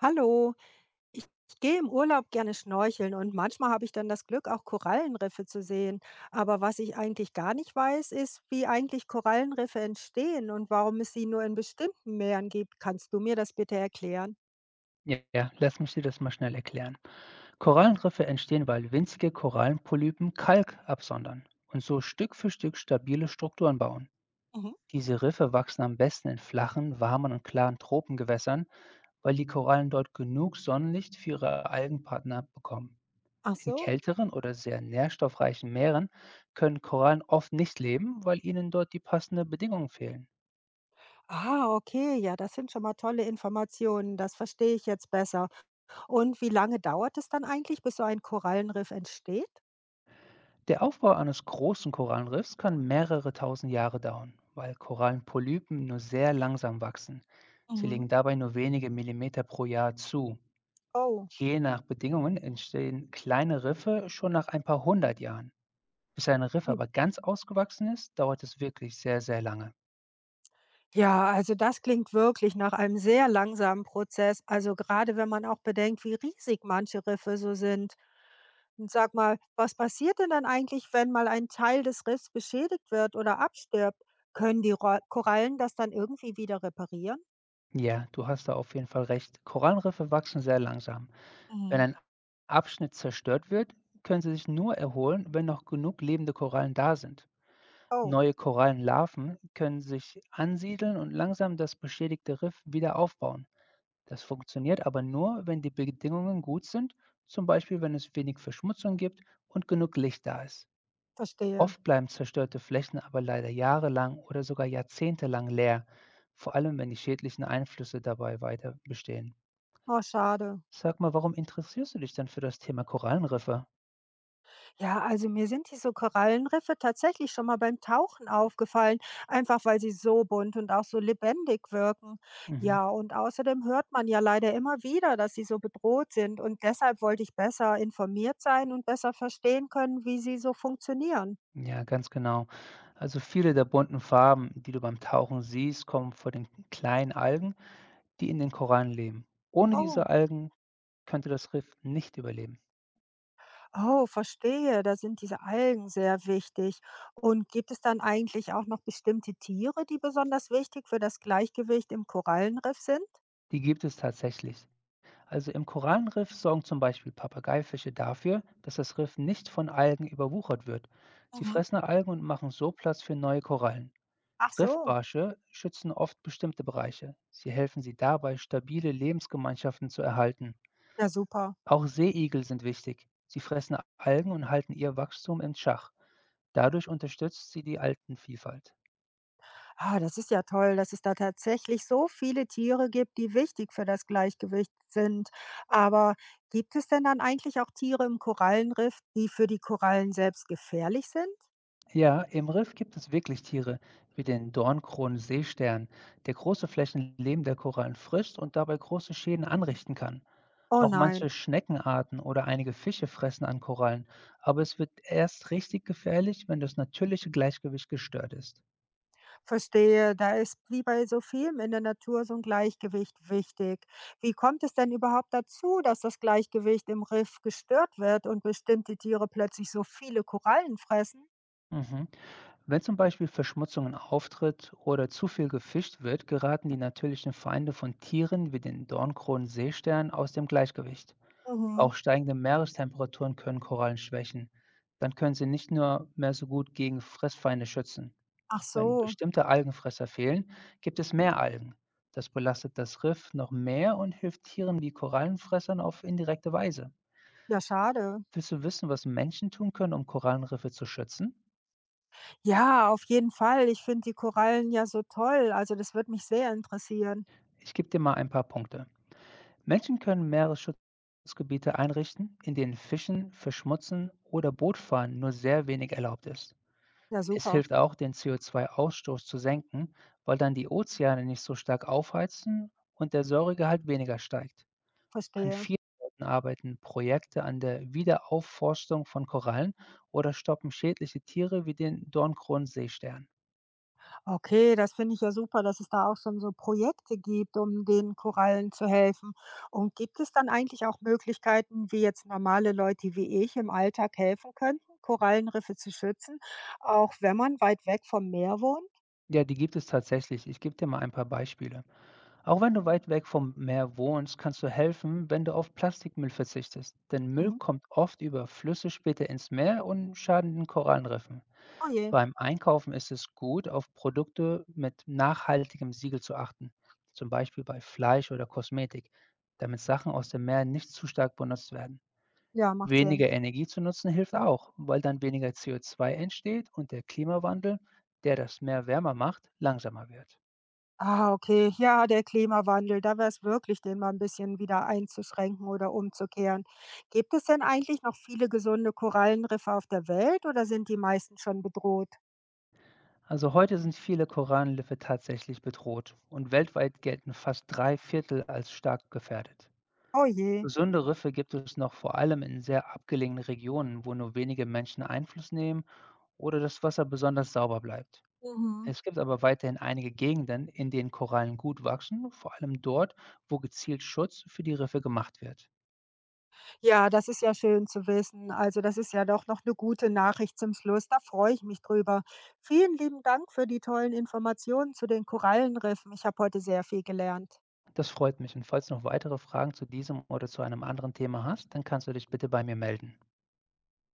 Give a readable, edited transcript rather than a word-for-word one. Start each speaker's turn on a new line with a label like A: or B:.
A: Hallo, ich gehe im Urlaub gerne schnorcheln und manchmal habe ich dann das Glück, auch Korallenriffe zu sehen. Aber was ich eigentlich gar nicht weiß, ist, wie eigentlich Korallenriffe entstehen und warum es sie nur in bestimmten Meeren gibt. Kannst du mir das bitte erklären?
B: Ja, lass mich dir das mal schnell erklären. Korallenriffe entstehen, weil winzige Korallenpolypen Kalk absondern und so Stück für Stück stabile Strukturen bauen.
A: Mhm.
B: Diese Riffe wachsen am besten in flachen, warmen und klaren Tropengewässern, weil die Korallen dort genug Sonnenlicht für ihre Algenpartner bekommen.
A: Ach
B: In
A: so.
B: kälteren oder sehr nährstoffreichen Meeren können Korallen oft nicht leben, weil ihnen dort die passenden Bedingungen fehlen.
A: Ah, okay, ja, das sind schon mal tolle Informationen. Das verstehe ich jetzt besser. Und wie lange dauert es dann eigentlich, bis so ein Korallenriff entsteht?
B: Der Aufbau eines großen Korallenriffs kann mehrere tausend Jahre dauern, weil Korallenpolypen nur sehr langsam wachsen. Sie
A: Mhm.
B: legen dabei nur wenige Millimeter pro Jahr zu.
A: Oh.
B: Je nach Bedingungen entstehen kleine Riffe schon nach ein paar hundert Jahren. Bis ein Riff aber ganz ausgewachsen ist, dauert es wirklich sehr, sehr lange.
A: Ja, also das klingt wirklich nach einem sehr langsamen Prozess, also gerade wenn man auch bedenkt, wie riesig manche Riffe so sind. Und sag mal, was passiert denn dann eigentlich, wenn mal ein Teil des Riffs beschädigt wird oder abstirbt? Können die Ro Korallen das dann irgendwie wieder reparieren?
B: Ja, du hast da auf jeden Fall recht. Korallenriffe wachsen sehr langsam. Wenn
A: Mhm.
B: ein Abschnitt zerstört wird, können sie sich nur erholen, wenn noch genug lebende Korallen da sind.
A: Oh,
B: Neue Korallenlarven können sich ansiedeln und langsam das beschädigte Riff wieder aufbauen. Das funktioniert aber nur, wenn die Bedingungen gut sind, zum Beispiel wenn es wenig Verschmutzung gibt und genug Licht da ist.
A: verstehe.
B: Oft bleiben zerstörte Flächen aber leider jahrelang oder sogar jahrzehntelang leer, vor allem wenn die schädlichen Einflüsse dabei weiter bestehen.
A: Oh, schade.
B: Sag mal, warum interessierst du dich denn für das Thema Korallenriffe?
A: Ja, also mir sind diese Korallenriffe tatsächlich schon mal beim Tauchen aufgefallen, einfach weil sie so bunt und auch so lebendig wirken.
B: Mhm.
A: Ja, und außerdem hört man ja leider immer wieder, dass sie so bedroht sind und deshalb wollte ich besser informiert sein und besser verstehen können, wie sie so funktionieren.
B: Ja, ganz genau. Also viele der bunten Farben, die du beim Tauchen siehst, kommen von den kleinen Algen, die in den Korallen leben. Ohne diese
A: Oh,
B: Algen könnte das Riff nicht überleben.
A: oh, verstehe, da sind diese Algen sehr wichtig. Und gibt es dann eigentlich auch noch bestimmte Tiere, die besonders wichtig für das Gleichgewicht im Korallenriff sind?
B: Die gibt es tatsächlich. Also im Korallenriff sorgen zum Beispiel Papageifische dafür, dass das Riff nicht von Algen überwuchert wird. Sie
A: Mhm.
B: fressen Algen und machen so Platz für neue Korallen.
A: Ach so,
B: Riffbarsche schützen oft bestimmte Bereiche. Sie helfen sie dabei, stabile Lebensgemeinschaften zu erhalten.
A: ja super.
B: Auch Seeigel sind wichtig. Sie fressen Algen und halten ihr Wachstum in Schach. Dadurch unterstützt sie die Altenvielfalt.
A: Ah, das ist ja toll, dass es da tatsächlich so viele Tiere gibt, die wichtig für das Gleichgewicht sind. Aber gibt es denn dann eigentlich auch Tiere im Korallenriff, die für die Korallen selbst gefährlich sind?
B: Ja, im Riff gibt es wirklich Tiere, wie den Dornkronen-Seestern, der große Flächen lebender Korallen frisst und dabei große Schäden anrichten kann.
A: Oh
B: Auch manche
A: nein,
B: Schneckenarten oder einige Fische fressen an Korallen, aber es wird erst richtig gefährlich, wenn das natürliche Gleichgewicht gestört ist.
A: verstehe, da ist wie bei so vielem in der Natur so ein Gleichgewicht wichtig. Wie kommt es denn überhaupt dazu, dass das Gleichgewicht im Riff gestört wird und bestimmte Tiere plötzlich so viele Korallen fressen?
B: Mhm. Wenn zum Beispiel Verschmutzungen auftritt oder zu viel gefischt wird, geraten die natürlichen Feinde von Tieren wie den Dornkronen-Seestern aus dem Gleichgewicht.
A: Mhm.
B: Auch steigende Meerestemperaturen können Korallen schwächen. Dann können sie nicht nur mehr so gut gegen Fressfeinde schützen.
A: Ach
B: Wenn
A: so,
B: bestimmte Algenfresser fehlen, gibt es mehr Algen. Das belastet das Riff noch mehr und hilft Tieren wie Korallenfressern auf indirekte Weise.
A: ja schade.
B: Willst du wissen, was Menschen tun können, um Korallenriffe zu schützen?
A: Ja, auf jeden Fall. Ich finde die Korallen ja so toll. Also das würde mich sehr interessieren.
B: Ich gebe dir mal ein paar Punkte. Menschen können Meeresschutzgebiete einrichten, in denen Fischen, Verschmutzen oder Bootfahren nur sehr wenig erlaubt ist.
A: Ja,
B: Es
A: super.
B: hilft auch, den CO2-Ausstoß zu senken, weil dann die Ozeane nicht so stark aufheizen und der Säuregehalt weniger steigt. An
A: Verstehe.
B: vielen Orten arbeiten Projekte an der Wiederaufforstung von Korallen oder stoppen schädliche Tiere wie den Dornkronenseestern.
A: Okay, das finde ich ja super, dass es da auch schon so Projekte gibt, um den Korallen zu helfen. Und gibt es dann eigentlich auch Möglichkeiten, wie jetzt normale Leute wie ich im Alltag helfen könnten, Korallenriffe zu schützen, auch wenn man weit weg vom Meer wohnt?
B: Ja, die gibt es tatsächlich. Ich gebe dir mal ein paar Beispiele. Auch wenn du weit weg vom Meer wohnst, kannst du helfen, wenn du auf Plastikmüll verzichtest. Denn Müll
A: Mhm.
B: kommt oft über Flüsse später ins Meer und schaden den Korallenriffen.
A: Oh je,
B: Beim Einkaufen ist es gut, auf Produkte mit nachhaltigem Siegel zu achten, zum Beispiel bei Fleisch oder Kosmetik, damit Sachen aus dem Meer nicht zu stark benutzt werden.
A: ja, macht Sinn.
B: Weniger Energie zu nutzen hilft auch, weil dann weniger CO2 entsteht und der Klimawandel, der das Meer wärmer macht, langsamer wird.
A: Ah, okay. Ja, der Klimawandel, da wäre es wirklich, den mal ein bisschen wieder einzuschränken oder umzukehren. Gibt es denn eigentlich noch viele gesunde Korallenriffe auf der Welt oder sind die meisten schon bedroht?
B: Also heute sind viele Korallenriffe tatsächlich bedroht und weltweit gelten fast drei Viertel als stark gefährdet.
A: Oh je.
B: Gesunde Riffe gibt es noch vor allem in sehr abgelegenen Regionen, wo nur wenige Menschen Einfluss nehmen oder das Wasser besonders sauber bleibt.
A: Mhm.
B: Es gibt aber weiterhin einige Gegenden, in denen Korallen gut wachsen, vor allem dort, wo gezielt Schutz für die Riffe gemacht wird.
A: Ja, das ist ja schön zu wissen. Also, das ist ja doch noch eine gute Nachricht zum Schluss. Da freue ich mich drüber. Vielen lieben Dank für die tollen Informationen zu den Korallenriffen. Ich habe heute sehr viel gelernt.
B: Das freut mich und falls du noch weitere Fragen zu diesem oder zu einem anderen Thema hast, dann kannst du dich bitte bei mir melden.